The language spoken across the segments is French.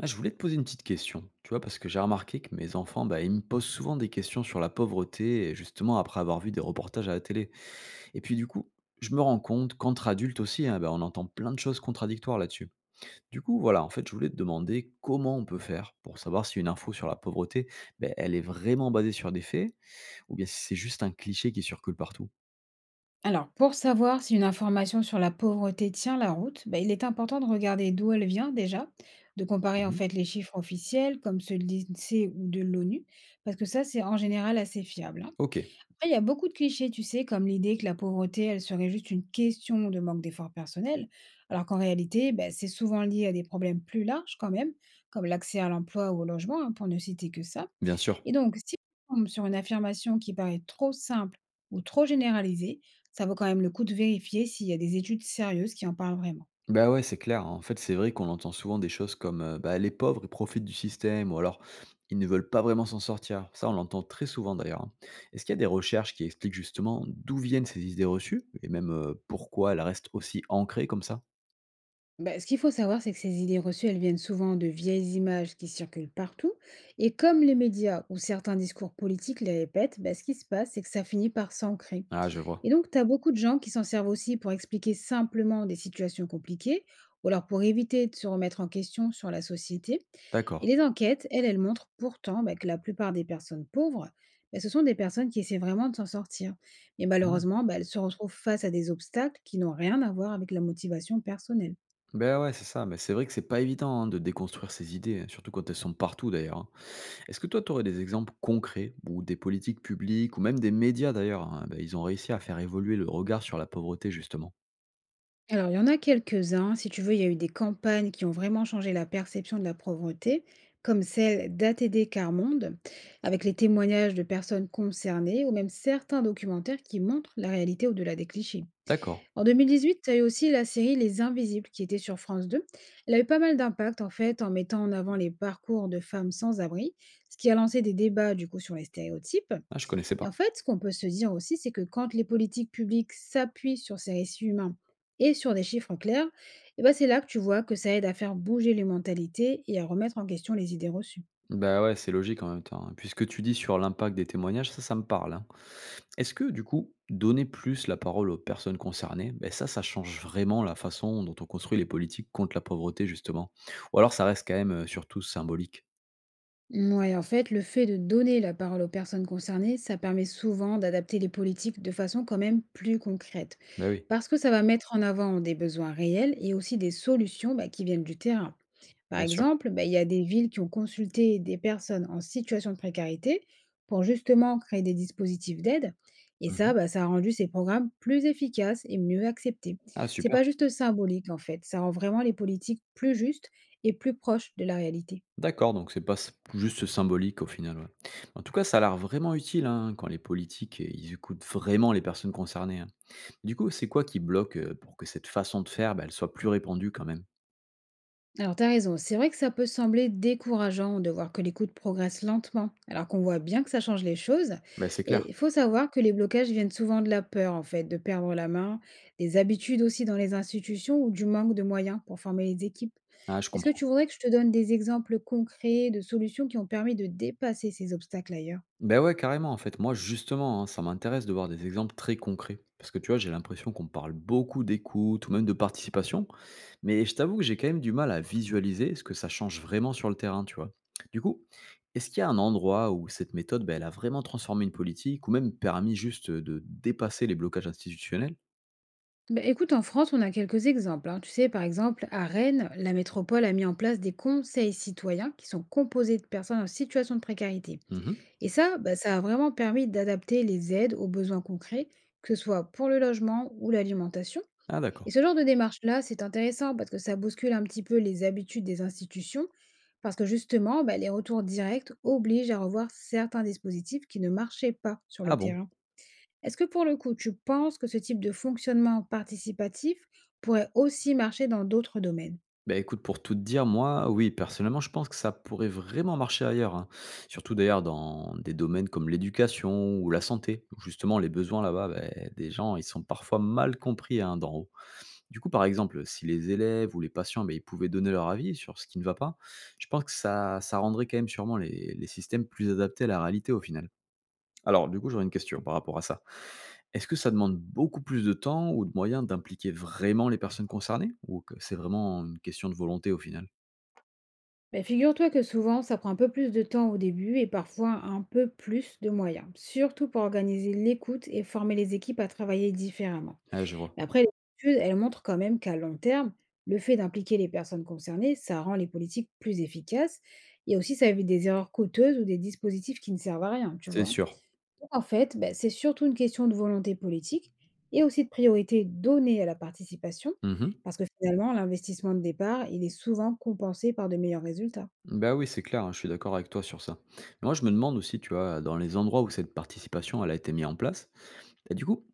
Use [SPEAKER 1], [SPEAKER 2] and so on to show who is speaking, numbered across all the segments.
[SPEAKER 1] Ah, je voulais te poser une petite question, tu vois, parce que j'ai remarqué que mes enfants, bah, ils me posent souvent des questions sur la pauvreté, et justement après avoir vu des reportages à la télé. Et puis du coup, je me rends compte qu'entre adultes aussi, hein, bah, on entend plein de choses contradictoires là-dessus. Du coup, voilà, en fait, je voulais te demander comment on peut faire pour savoir si une info sur la pauvreté, bah, elle est vraiment basée sur des faits, ou bien si c'est juste un cliché qui circule partout.
[SPEAKER 2] Alors, pour savoir si une information sur la pauvreté tient la route, il est important de regarder d'où elle vient déjà, de comparer en
[SPEAKER 1] Mhm.
[SPEAKER 2] fait les chiffres officiels comme ceux de l'INSEE ou de l'ONU, parce que ça, c'est en général assez fiable, hein.
[SPEAKER 1] Ok,
[SPEAKER 2] Après, il y a beaucoup de clichés, tu sais, comme l'idée que la pauvreté, elle serait juste une question de manque d'efforts personnels, alors qu'en réalité, c'est souvent lié à des problèmes plus larges quand même, comme l'accès à l'emploi ou au logement, hein, pour ne citer que ça.
[SPEAKER 1] bien sûr.
[SPEAKER 2] Et donc, si on tombe sur une affirmation qui paraît trop simple ou trop généralisée, ça vaut quand même le coup de vérifier s'il y a des études sérieuses qui en parlent vraiment.
[SPEAKER 1] Bah, ouais, c'est clair. En fait, c'est vrai qu'on entend souvent des choses comme, bah, «les pauvres, ils profitent du système» ou alors «ils ne veulent pas vraiment s'en sortir». Ça, on l'entend très souvent d'ailleurs, hein. Est-ce qu'il y a des recherches qui expliquent justement d'où viennent ces idées reçues et même, pourquoi elles restent aussi ancrées comme ça?
[SPEAKER 2] Ce qu'il faut savoir, c'est que ces idées reçues, elles viennent souvent de vieilles images qui circulent partout. Et comme les médias ou certains discours politiques les répètent, ce qui se passe, c'est que ça finit par s'ancrer.
[SPEAKER 1] Ah, je vois.
[SPEAKER 2] Et donc, tu as beaucoup de gens qui s'en servent aussi pour expliquer simplement des situations compliquées ou alors pour éviter de se remettre en question sur la société. Et
[SPEAKER 1] D'accord.
[SPEAKER 2] les enquêtes, elles, elles montrent pourtant que la plupart des personnes pauvres, ce sont des personnes qui essaient vraiment de s'en sortir. Mais
[SPEAKER 1] Mmh.
[SPEAKER 2] malheureusement, elles se retrouvent face à des obstacles qui n'ont rien à voir avec la motivation personnelle.
[SPEAKER 1] Bah, ouais, c'est ça. Mais c'est vrai que c'est pas évident, hein, de déconstruire ces idées, hein, surtout quand elles sont partout d'ailleurs, hein. Est-ce que toi, tu aurais des exemples concrets ou des politiques publiques ou même des médias d'ailleurs, hein, bah, ils ont réussi à faire évoluer le regard sur la pauvreté justement?
[SPEAKER 2] Alors, il y en a quelques-uns. Si tu veux, il y a eu des campagnes qui ont vraiment changé la perception de la pauvreté, comme celle d'ATD Carmonde, avec les témoignages de personnes concernées ou même certains documentaires qui montrent la réalité au-delà des clichés.
[SPEAKER 1] D'accord.
[SPEAKER 2] En 2018, tu as eu aussi la série Les Invisibles qui était sur France 2. Elle a eu pas mal d'impact en mettant en avant les parcours de femmes sans abri, ce qui a lancé des débats sur les stéréotypes.
[SPEAKER 1] Ah, je connaissais
[SPEAKER 2] Et
[SPEAKER 1] pas.
[SPEAKER 2] ce qu'on peut se dire aussi, c'est que quand les politiques publiques s'appuient sur ces récits humains et sur des chiffres clairs, eh ben c'est là que tu vois que ça aide à faire bouger les mentalités et à remettre en question les idées reçues.
[SPEAKER 1] Bah, ouais, c'est logique en même temps, hein. Puis ce que tu dis sur l'impact des témoignages, ça me parle, hein. Est-ce que du coup, donner plus la parole aux personnes concernées, ben ça change vraiment la façon dont on construit les politiques contre la pauvreté justement? Ou alors ça reste quand même, surtout symbolique?
[SPEAKER 2] Ouais, le fait de donner la parole aux personnes concernées, ça permet souvent d'adapter les politiques de façon quand même plus concrète.
[SPEAKER 1] Ben oui,
[SPEAKER 2] Parce que ça va mettre en avant des besoins réels et aussi des solutions qui viennent du terrain. Par
[SPEAKER 1] bien sûr.
[SPEAKER 2] exemple, il y a des villes qui ont consulté des personnes en situation de précarité pour justement créer des dispositifs d'aide. Et ça,
[SPEAKER 1] Mmh.
[SPEAKER 2] ça a rendu ces programmes plus efficaces et mieux acceptés.
[SPEAKER 1] Ah
[SPEAKER 2] C'est
[SPEAKER 1] super.
[SPEAKER 2] pas juste symbolique ça rend vraiment les politiques plus justes et plus proches de la réalité.
[SPEAKER 1] D'accord, donc c'est pas s juste symbolique au final, ouais. En tout cas, ça a l'air vraiment utile, hein, quand les politiques, ils écoutent vraiment les personnes concernées, hein. Du coup, c'est quoi qui bloque, pour que cette façon de faire, ben, elle soit plus répandue quand même?
[SPEAKER 2] Alors, t'as raison. C'est vrai que ça peut sembler décourageant de voir que l'écoute progresse lentement, alors qu'on voit bien que ça change les choses.
[SPEAKER 1] Ben c'est
[SPEAKER 2] Et
[SPEAKER 1] clair.
[SPEAKER 2] il faut savoir que les blocages viennent souvent de la peur, de perdre la main, des habitudes aussi dans les institutions ou du manque de moyens pour former les équipes.
[SPEAKER 1] Ah, je
[SPEAKER 2] Est-ce que tu
[SPEAKER 1] comprends.
[SPEAKER 2] voudrais que je te donne des exemples concrets de solutions qui ont permis de dépasser ces obstacles ailleurs?
[SPEAKER 1] Ben ouais, carrément, en fait. Moi, justement, hein, ça m'intéresse de voir des exemples très concrets. Parce que tu vois, j'ai l'impression qu'on parle beaucoup d'écoute ou même de participation. Mais je t'avoue que j'ai quand même du mal à visualiser ce que ça change vraiment sur le terrain, tu vois. Du coup, est-ce qu'il y a un endroit où cette méthode, ben, elle a vraiment transformé une politique ou même permis juste de dépasser les blocages institutionnels?
[SPEAKER 2] Écoute, en France, on a quelques exemples, hein. Tu sais, par exemple, à Rennes, la métropole a mis en place des conseils citoyens qui sont composés de personnes en situation de précarité.
[SPEAKER 1] Mhm.
[SPEAKER 2] Et ça, ça a vraiment permis d'adapter les aides aux besoins concrets, que ce soit pour le logement ou l'alimentation.
[SPEAKER 1] Ah, d'accord.
[SPEAKER 2] Et ce genre de démarche-là, c'est intéressant parce que ça bouscule un petit peu les habitudes des institutions, parce que justement, les retours directs obligent à revoir certains dispositifs qui ne marchaient pas sur
[SPEAKER 1] Ah
[SPEAKER 2] le
[SPEAKER 1] bon.
[SPEAKER 2] terrain. Est-ce que pour le coup, tu penses que ce type de fonctionnement participatif pourrait aussi marcher dans d'autres domaines?
[SPEAKER 1] Bah, écoute, pour tout te dire, moi, oui, personnellement, je pense que ça pourrait vraiment marcher ailleurs, hein. Surtout d'ailleurs dans des domaines comme l'éducation ou la santé, où justement les besoins là-bas, beh, des gens, ils sont parfois mal compris hein, d'en haut. Du coup, par exemple, si les élèves ou les patients, beh, ils pouvaient donner leur avis sur ce qui ne va pas, je pense que ça rendrait quand même sûrement les systèmes plus adaptés à la réalité au final. Alors, du coup, j'aurais une question par rapport à ça. Est-ce que ça demande beaucoup plus de temps ou de moyens d'impliquer vraiment les personnes concernées? Ou que c'est vraiment une question de volonté au final?
[SPEAKER 2] Figure-toi que souvent, ça prend un peu plus de temps au début et parfois un peu plus de moyens, surtout pour organiser l'écoute et former les équipes à travailler différemment.
[SPEAKER 1] Ah, je vois.
[SPEAKER 2] Mais après, les études elles montrent quand même qu'à long terme, le fait d'impliquer les personnes concernées, ça rend les politiques plus efficaces et aussi ça évite des erreurs coûteuses ou des dispositifs qui ne servent à rien, tu
[SPEAKER 1] C'est
[SPEAKER 2] vois.
[SPEAKER 1] sûr.
[SPEAKER 2] Donc, c'est surtout une question de volonté politique et aussi de priorité donnée à la participation,
[SPEAKER 1] Mmh.
[SPEAKER 2] parce que finalement, l'investissement de départ, il est souvent compensé par de meilleurs résultats.
[SPEAKER 1] Bah oui, c'est clair, hein, je suis d'accord avec toi sur ça. Mais moi, je me demande aussi, tu vois, dans les endroits où cette participation, elle a été mise en place, bah, du coup,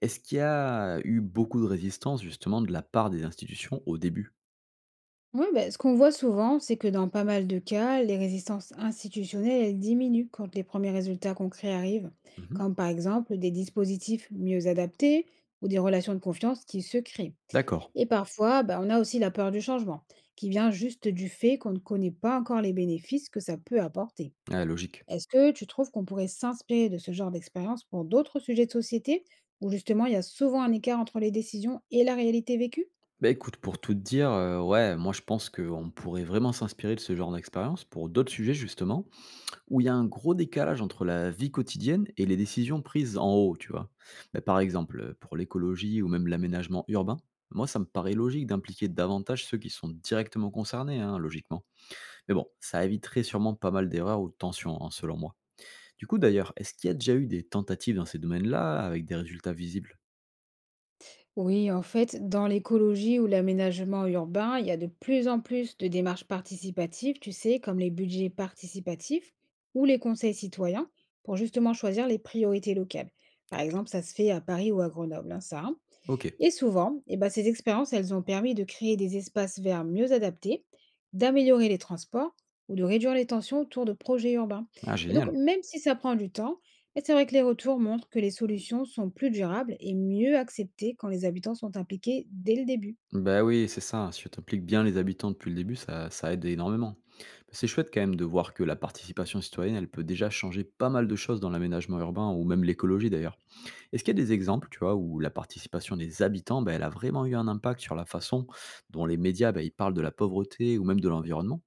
[SPEAKER 1] est-ce qu'il y a eu beaucoup de résistance justement de la part des institutions au début?
[SPEAKER 2] Oui, ben, ce qu'on voit souvent, c'est que dans pas mal de cas, les résistances institutionnelles, elles diminuent quand les premiers résultats concrets arrivent,
[SPEAKER 1] Mmh.
[SPEAKER 2] comme par exemple des dispositifs mieux adaptés ou des relations de confiance qui se créent.
[SPEAKER 1] D'accord.
[SPEAKER 2] Et parfois, ben, on a aussi la peur du changement, qui vient juste du fait qu'on ne connaît pas encore les bénéfices que ça peut apporter.
[SPEAKER 1] Ah, logique.
[SPEAKER 2] Est-ce que tu trouves qu'on pourrait s'inspirer de ce genre d'expérience pour d'autres sujets de société, où justement il y a souvent un écart entre les décisions et la réalité vécue?
[SPEAKER 1] Bah, écoute, pour tout te dire, ouais, moi je pense qu'on pourrait vraiment s'inspirer de ce genre d'expérience pour d'autres sujets justement, où il y a un gros décalage entre la vie quotidienne et les décisions prises en haut, tu vois? Bah, par exemple, pour l'écologie ou même l'aménagement urbain, moi ça me paraît logique d'impliquer davantage ceux qui sont directement concernés, hein, logiquement. Mais bon, ça éviterait sûrement pas mal d'erreurs ou de tensions, hein, selon moi. Du coup d'ailleurs, est-ce qu'il y a déjà eu des tentatives dans ces domaines-là avec des résultats visibles?
[SPEAKER 2] Oui, dans l'écologie ou l'aménagement urbain, il y a de plus en plus de démarches participatives, tu sais, comme les budgets participatifs ou les conseils citoyens, pour justement choisir les priorités locales. Par exemple, ça se fait à Paris ou à Grenoble, hein, ça, hein.
[SPEAKER 1] OK.
[SPEAKER 2] Et souvent, eh ben, ces expériences, elles ont permis de créer des espaces verts mieux adaptés, d'améliorer les transports ou de réduire les tensions autour de projets urbains.
[SPEAKER 1] Ah
[SPEAKER 2] Et donc,
[SPEAKER 1] génial.
[SPEAKER 2] même si ça prend du temps, eh, c'est vrai que les retours montrent que les solutions sont plus durables et mieux acceptées quand les habitants sont impliqués dès le début.
[SPEAKER 1] Bah oui, c'est ça. Si tu impliques bien les habitants depuis le début, ça aide énormément. C'est chouette quand même de voir que la participation citoyenne, elle peut déjà changer pas mal de choses dans l'aménagement urbain ou même l'écologie d'ailleurs. Est-ce qu'il y a des exemples, tu vois, où la participation des habitants, bah, elle a vraiment eu un impact sur la façon dont les médias, bah, ils parlent de la pauvreté ou même de l'environnement?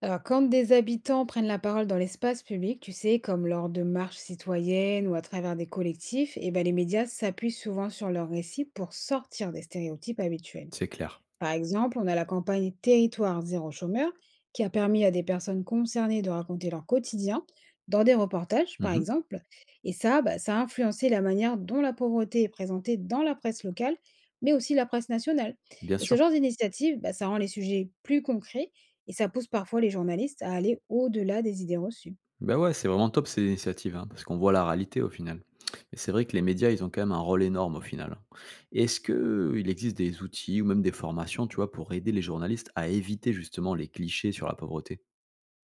[SPEAKER 2] Alors, quand des habitants prennent la parole dans l'espace public, tu sais, comme lors de marches citoyennes ou à travers des collectifs, eh ben, les médias s'appuient souvent sur leurs récits pour sortir des stéréotypes habituels.
[SPEAKER 1] C'est clair.
[SPEAKER 2] Par exemple, on a la campagne Territoire zéro chômeur qui a permis à des personnes concernées de raconter leur quotidien dans des reportages, par
[SPEAKER 1] Mhm.
[SPEAKER 2] exemple. Et ça, ça a influencé la manière dont la pauvreté est présentée dans la presse locale, mais aussi la presse nationale.
[SPEAKER 1] Bien
[SPEAKER 2] Et
[SPEAKER 1] sûr.
[SPEAKER 2] ce genre d'initiative, ça rend les sujets plus concrets et ça pousse parfois les journalistes à aller au-delà des idées reçues.
[SPEAKER 1] Bah, ouais, c'est vraiment top ces initiatives, hein, parce qu'on voit la réalité au final. Mais c'est vrai que les médias, ils ont quand même un rôle énorme au final. Est-ce qu'il existe des outils ou même des formations, tu vois, pour aider les journalistes à éviter justement les clichés sur la pauvreté?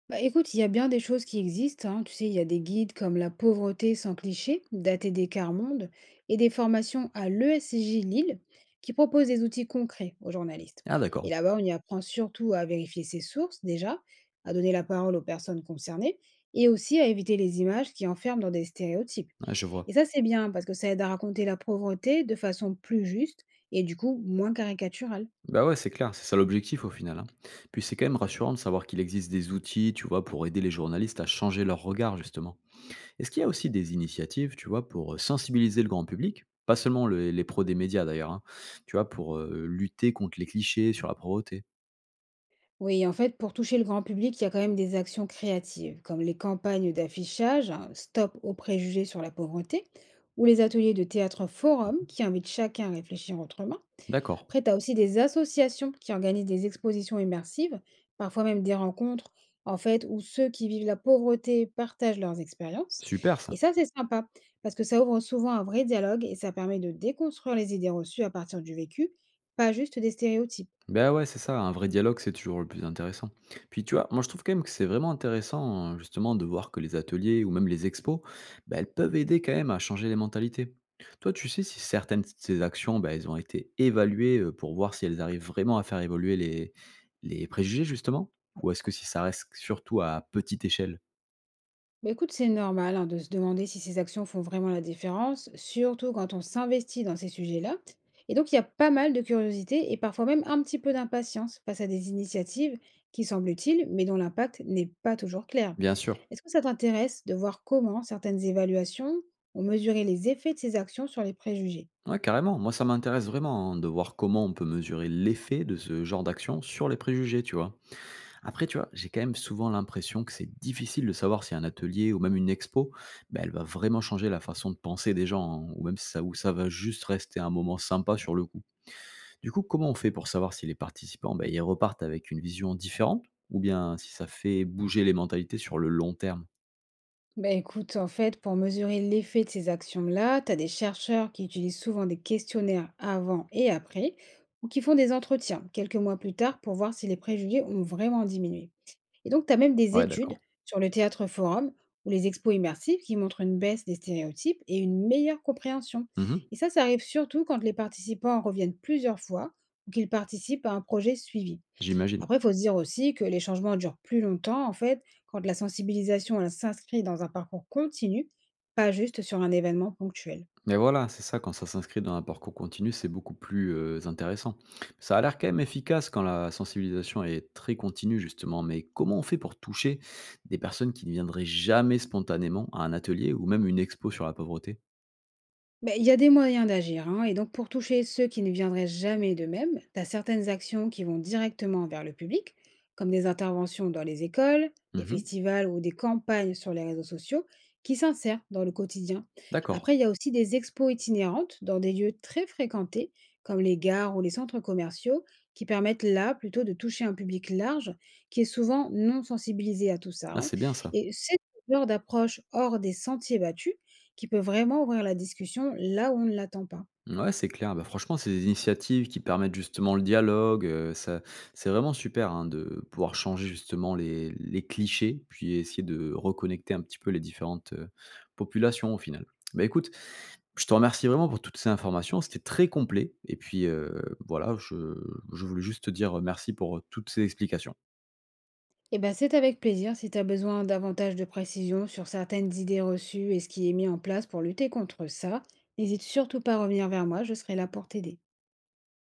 [SPEAKER 2] Écoute, il y a bien des choses qui existent, hein. Tu sais, il y a des guides comme La pauvreté sans cliché, daté des quarts mondes, et des formations à l'ESCJ Lille qui proposent des outils concrets aux journalistes.
[SPEAKER 1] Ah
[SPEAKER 2] Et
[SPEAKER 1] d'accord,
[SPEAKER 2] là-bas, on y apprend surtout à vérifier ses sources déjà, à donner la parole aux personnes concernées, et aussi à éviter les images qui enferment dans des stéréotypes.
[SPEAKER 1] ah, je vois.
[SPEAKER 2] Et ça, c'est bien parce que ça aide à raconter la pauvreté de façon plus juste et moins caricaturale.
[SPEAKER 1] Bah ouais, c'est clair, c'est ça l'objectif au final. Hein. Puis c'est quand même rassurant de savoir qu'il existe des outils, tu vois, pour aider les journalistes à changer leur regard justement. Est-ce qu'il y a aussi des initiatives, tu vois, pour sensibiliser le grand public? Pas seulement le les pros des médias d'ailleurs, hein, tu vois, pour, lutter contre les clichés sur la pauvreté?
[SPEAKER 2] Oui, pour toucher le grand public, il y a quand même des actions créatives, comme les campagnes d'affichage, hein, Stop aux préjugés sur la pauvreté, ou les ateliers de théâtre forum
[SPEAKER 1] Mmh.
[SPEAKER 2] qui invitent chacun à réfléchir autrement.
[SPEAKER 1] D'accord,
[SPEAKER 2] Après, tu as aussi des associations qui organisent des expositions immersives, parfois même des rencontres, où ceux qui vivent la pauvreté partagent leurs expériences.
[SPEAKER 1] super ça.
[SPEAKER 2] Et ça, c'est sympa, parce que ça ouvre souvent un vrai dialogue et ça permet de déconstruire les idées reçues à partir du vécu, pas juste des stéréotypes.
[SPEAKER 1] Ben ouais, c'est ça, un vrai dialogue, c'est toujours le plus intéressant. Puis tu vois, moi je trouve quand même que c'est vraiment intéressant justement de voir que les ateliers ou même les expos, ben elles peuvent aider quand même à changer les mentalités. Toi, tu sais si certaines de ces actions, ben elles ont été évaluées pour voir si elles arrivent vraiment à faire évoluer les préjugés justement? Ou est-ce que si ça reste surtout à petite échelle?
[SPEAKER 2] Écoute, c'est normal hein, de se demander si ces actions font vraiment la différence, surtout quand on s'investit dans ces sujets-là. Et donc, il y a pas mal de curiosité et parfois même un petit peu d'impatience face à des initiatives qui semblent utiles, mais dont l'impact n'est pas toujours clair.
[SPEAKER 1] Bien sûr.
[SPEAKER 2] Est-ce que ça t'intéresse de voir comment certaines évaluations ont mesuré les effets de ces actions sur les préjugés?
[SPEAKER 1] Ouais, carrément. Moi, ça m'intéresse vraiment hein, de voir comment on peut mesurer l'effet de ce genre d'action sur les préjugés, tu vois. Après, tu vois, j'ai quand même souvent l'impression que c'est difficile de savoir si un atelier ou même une expo, ben elle va vraiment changer la façon de penser des gens, hein, ou même si ça, ou ça va juste rester un moment sympa sur le coup. Du coup, comment on fait pour savoir si les participants, ben ils repartent avec une vision différente, ou bien si ça fait bouger les mentalités sur le long terme?
[SPEAKER 2] Écoute, pour mesurer l'effet de ces actions-là, tu as des chercheurs qui utilisent souvent des questionnaires avant et après, ou qui font des entretiens quelques mois plus tard pour voir si les préjugés ont vraiment diminué. Et donc, tu as même des
[SPEAKER 1] Ouais,
[SPEAKER 2] études
[SPEAKER 1] d'accord.
[SPEAKER 2] sur le théâtre forum ou les expos immersives qui montrent une baisse des stéréotypes et une meilleure compréhension.
[SPEAKER 1] Mhm.
[SPEAKER 2] Et ça arrive surtout quand les participants reviennent plusieurs fois ou qu'ils participent à un projet suivi.
[SPEAKER 1] J'imagine.
[SPEAKER 2] Après, il faut se dire aussi que les changements durent plus longtemps, quand la sensibilisation elle s'inscrit dans un parcours continu, pas juste sur un événement ponctuel.
[SPEAKER 1] Mais voilà, c'est ça, quand ça s'inscrit dans un parcours continu, c'est beaucoup plus intéressant. Ça a l'air quand même efficace quand la sensibilisation est très continue, justement, mais comment on fait pour toucher des personnes qui ne viendraient jamais spontanément à un atelier ou même une expo sur la pauvreté?
[SPEAKER 2] Beh, il y a des moyens d'agir, hein, et donc pour toucher ceux qui ne viendraient jamais d'eux-mêmes, tu as certaines actions qui vont directement vers le public, comme des interventions dans les écoles, des
[SPEAKER 1] Mhm.
[SPEAKER 2] festivals ou des campagnes sur les réseaux sociaux, qui s'insèrent dans le quotidien.
[SPEAKER 1] D'accord.
[SPEAKER 2] Après, il y a aussi des expos itinérantes dans des lieux très fréquentés, comme les gares ou les centres commerciaux, qui permettent là plutôt de toucher un public large, qui est souvent non sensibilisé à tout ça,
[SPEAKER 1] Ah,
[SPEAKER 2] hein.
[SPEAKER 1] c'est bien ça.
[SPEAKER 2] Et c'est genre d'approche hors des sentiers battus qui peut vraiment ouvrir la discussion là où on ne l'attend pas.
[SPEAKER 1] Ouais, c'est clair. Bah, franchement, c'est des initiatives qui permettent justement le dialogue. Ça, c'est vraiment super hein, de pouvoir changer justement les clichés, puis essayer de reconnecter un petit peu les différentes populations au final. Bah écoute, je te remercie vraiment pour toutes ces informations, c'était très complet et puis, voilà, je voulais juste te dire merci pour toutes ces explications.
[SPEAKER 2] Et ben c'est avec plaisir si tu as besoin davantage de précision sur certaines idées reçues et ce qui est mis en place pour lutter contre ça. N'hésite surtout pas à revenir vers moi, je serai là pour t'aider.